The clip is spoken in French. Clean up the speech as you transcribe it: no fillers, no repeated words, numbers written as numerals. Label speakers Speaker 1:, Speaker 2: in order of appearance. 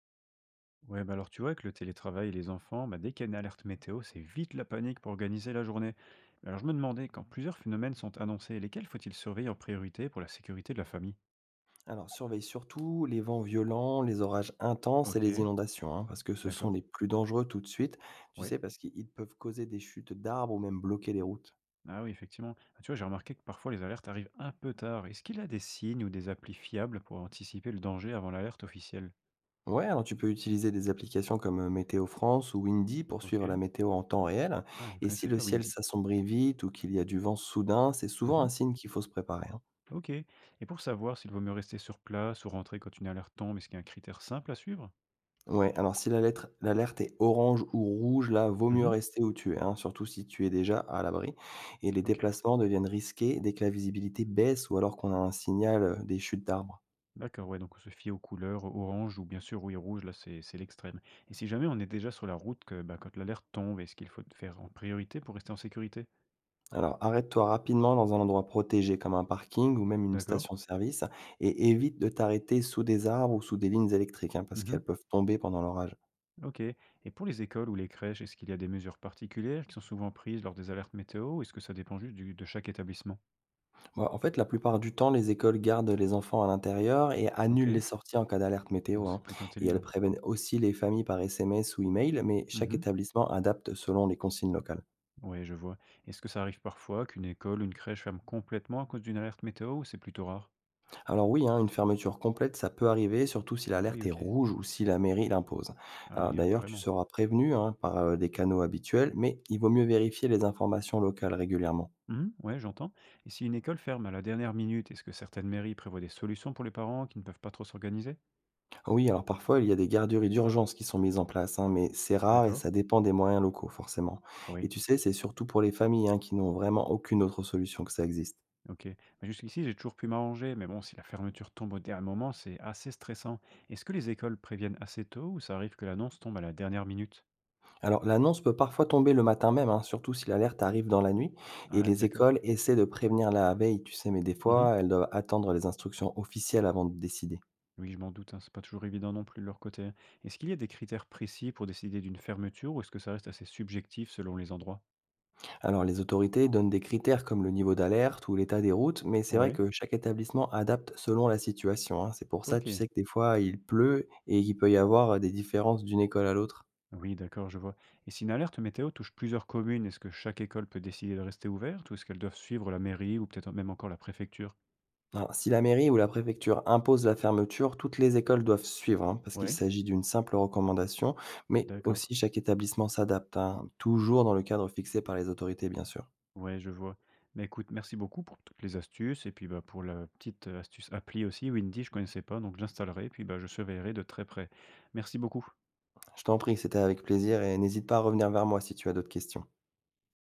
Speaker 1: Ouais, bah alors tu vois, avec le télétravail et les enfants, bah dès qu'il y a une alerte météo, c'est vite la panique pour organiser la journée. Mais alors je me demandais, quand plusieurs phénomènes sont annoncés, lesquels faut-il surveiller en priorité pour la sécurité de la famille?
Speaker 2: Alors, surveille surtout les vents violents, les orages intenses et les
Speaker 1: Ok,
Speaker 2: inondations, hein, parce que ce sont
Speaker 1: d'accord.
Speaker 2: les plus dangereux tout de suite. Tu
Speaker 1: Oui.
Speaker 2: sais, parce qu'ils ils peuvent causer des chutes d'arbres ou même bloquer les routes.
Speaker 1: Ah oui, effectivement. Ah, tu vois, j'ai remarqué que parfois les alertes arrivent un peu tard. Est-ce qu'il a des signes ou des applis fiables pour anticiper le danger avant l'alerte officielle?
Speaker 2: Ouais, alors tu peux utiliser des applications comme Météo France ou Windy pour
Speaker 1: Ok.
Speaker 2: suivre la météo en temps réel.
Speaker 1: Ah, je ne
Speaker 2: Et si
Speaker 1: connaissais
Speaker 2: le
Speaker 1: pas
Speaker 2: ciel
Speaker 1: Windy.
Speaker 2: s'assombrit vite ou qu'il y a du vent soudain, c'est souvent
Speaker 1: Mhm.
Speaker 2: un signe qu'il faut se préparer, hein.
Speaker 1: Ok. Et pour savoir s'il vaut mieux rester sur place ou rentrer quand une alerte tombe, est-ce qu'il y a un critère simple à suivre?
Speaker 2: Ouais, alors si la lettre l'alerte est orange ou rouge, là, vaut mieux
Speaker 1: Mhm.
Speaker 2: rester où tu es, hein, surtout si tu es déjà à l'abri. Et les
Speaker 1: Ok.
Speaker 2: déplacements deviennent risqués dès que la visibilité baisse ou alors qu'on a un signal des chutes d'arbres.
Speaker 1: D'accord, ouais, donc on se fie aux couleurs orange ou bien sûr, oui, rouge, là, c'est l'extrême. Et si jamais on est déjà sur la route, que, bah, quand l'alerte tombe, est-ce qu'il faut faire en priorité pour rester en sécurité?
Speaker 2: Alors arrête-toi rapidement dans un endroit protégé comme un parking ou même une
Speaker 1: D'accord.
Speaker 2: station-service, et évite de t'arrêter sous des arbres ou sous des lignes électriques, hein, parce
Speaker 1: Mhm.
Speaker 2: qu'elles peuvent tomber pendant l'orage.
Speaker 1: Ok. Et pour les écoles ou les crèches, est-ce qu'il y a des mesures particulières qui sont souvent prises lors des alertes météo ou est-ce que ça dépend de chaque établissement?
Speaker 2: Bah, en fait, la plupart du temps, les écoles gardent les enfants à l'intérieur et
Speaker 1: Ok.
Speaker 2: annulent les sorties en cas d'alerte
Speaker 1: Bon,
Speaker 2: météo,
Speaker 1: c'est
Speaker 2: hein.
Speaker 1: plutôt
Speaker 2: Et elles
Speaker 1: intelligent.
Speaker 2: préviennent aussi les familles par SMS ou email, mais chaque
Speaker 1: Mhm.
Speaker 2: établissement adapte selon les consignes locales.
Speaker 1: Ouais, je vois. Est-ce que ça arrive parfois qu'une école ou une crèche ferme complètement à cause d'une alerte météo ou c'est plutôt rare?
Speaker 2: Alors oui, hein, une fermeture complète, ça peut arriver, surtout si
Speaker 1: Ah oui,
Speaker 2: l'alerte est
Speaker 1: ok.
Speaker 2: rouge ou si la mairie l'impose.
Speaker 1: Ah
Speaker 2: Alors
Speaker 1: oui, hein,
Speaker 2: d'ailleurs, tu
Speaker 1: carrément.
Speaker 2: seras prévenu, hein, par des canaux habituels, mais il vaut mieux vérifier les informations locales régulièrement.
Speaker 1: Mmh, ouais, j'entends. Et si une école ferme à la dernière minute, est-ce que certaines mairies prévoient des solutions pour les parents qui ne peuvent pas trop s'organiser?
Speaker 2: Oui, alors parfois, il y a des garderies d'urgence qui sont mises en place, hein, mais c'est rare et
Speaker 1: D'accord.
Speaker 2: ça dépend des moyens locaux, forcément.
Speaker 1: Oui,
Speaker 2: Et tu sais, c'est surtout pour les familles, hein, qui n'ont vraiment aucune autre solution que ça existe.
Speaker 1: ok. Mais jusqu'ici, j'ai toujours pu m'arranger, mais bon, si la fermeture tombe au dernier moment, c'est assez stressant. Est-ce que les écoles préviennent assez tôt ou ça arrive que l'annonce tombe à la dernière minute?
Speaker 2: Alors, l'annonce peut parfois tomber le matin même, hein, surtout si l'alerte arrive dans la nuit, et
Speaker 1: Ah oui,
Speaker 2: les
Speaker 1: d'accord.
Speaker 2: écoles essaient de prévenir la veille, tu sais, mais des
Speaker 1: Mhm.
Speaker 2: fois, elles doivent attendre les instructions officielles avant de décider.
Speaker 1: Oui, je m'en doute, hein, c'est pas toujours évident non plus de leur côté, hein. Est-ce qu'il y a des critères précis pour décider d'une fermeture ou est-ce que ça reste assez subjectif selon les endroits?
Speaker 2: Alors, les autorités donnent des critères comme le niveau d'alerte ou l'état des routes, mais c'est vrai
Speaker 1: Oui,
Speaker 2: que chaque établissement adapte selon la situation, hein. C'est pour ça, tu
Speaker 1: ok.
Speaker 2: sais, que des fois, il pleut et qu'il peut y avoir des différences d'une école à l'autre.
Speaker 1: Oui, d'accord, je vois. Et si une alerte météo touche plusieurs communes, est-ce que chaque école peut décider de rester ouverte ou est-ce qu'elles doivent suivre la mairie ou peut-être même encore la préfecture?
Speaker 2: Alors, si la mairie ou la préfecture impose la fermeture, toutes les écoles doivent suivre, hein, parce qu'il
Speaker 1: Oui,
Speaker 2: s'agit d'une simple recommandation, mais
Speaker 1: d'accord.
Speaker 2: aussi chaque établissement s'adapte, hein, toujours dans le cadre fixé par les autorités, bien sûr.
Speaker 1: Ouais, je vois. Mais écoute, merci beaucoup pour toutes les astuces et puis bah, pour la petite astuce appli aussi, Windy, je connaissais pas, donc je l'installerai et puis bah, je surveillerai de très près. Merci beaucoup.
Speaker 2: Je t'en prie, c'était avec plaisir et n'hésite pas à revenir vers moi si tu as d'autres questions.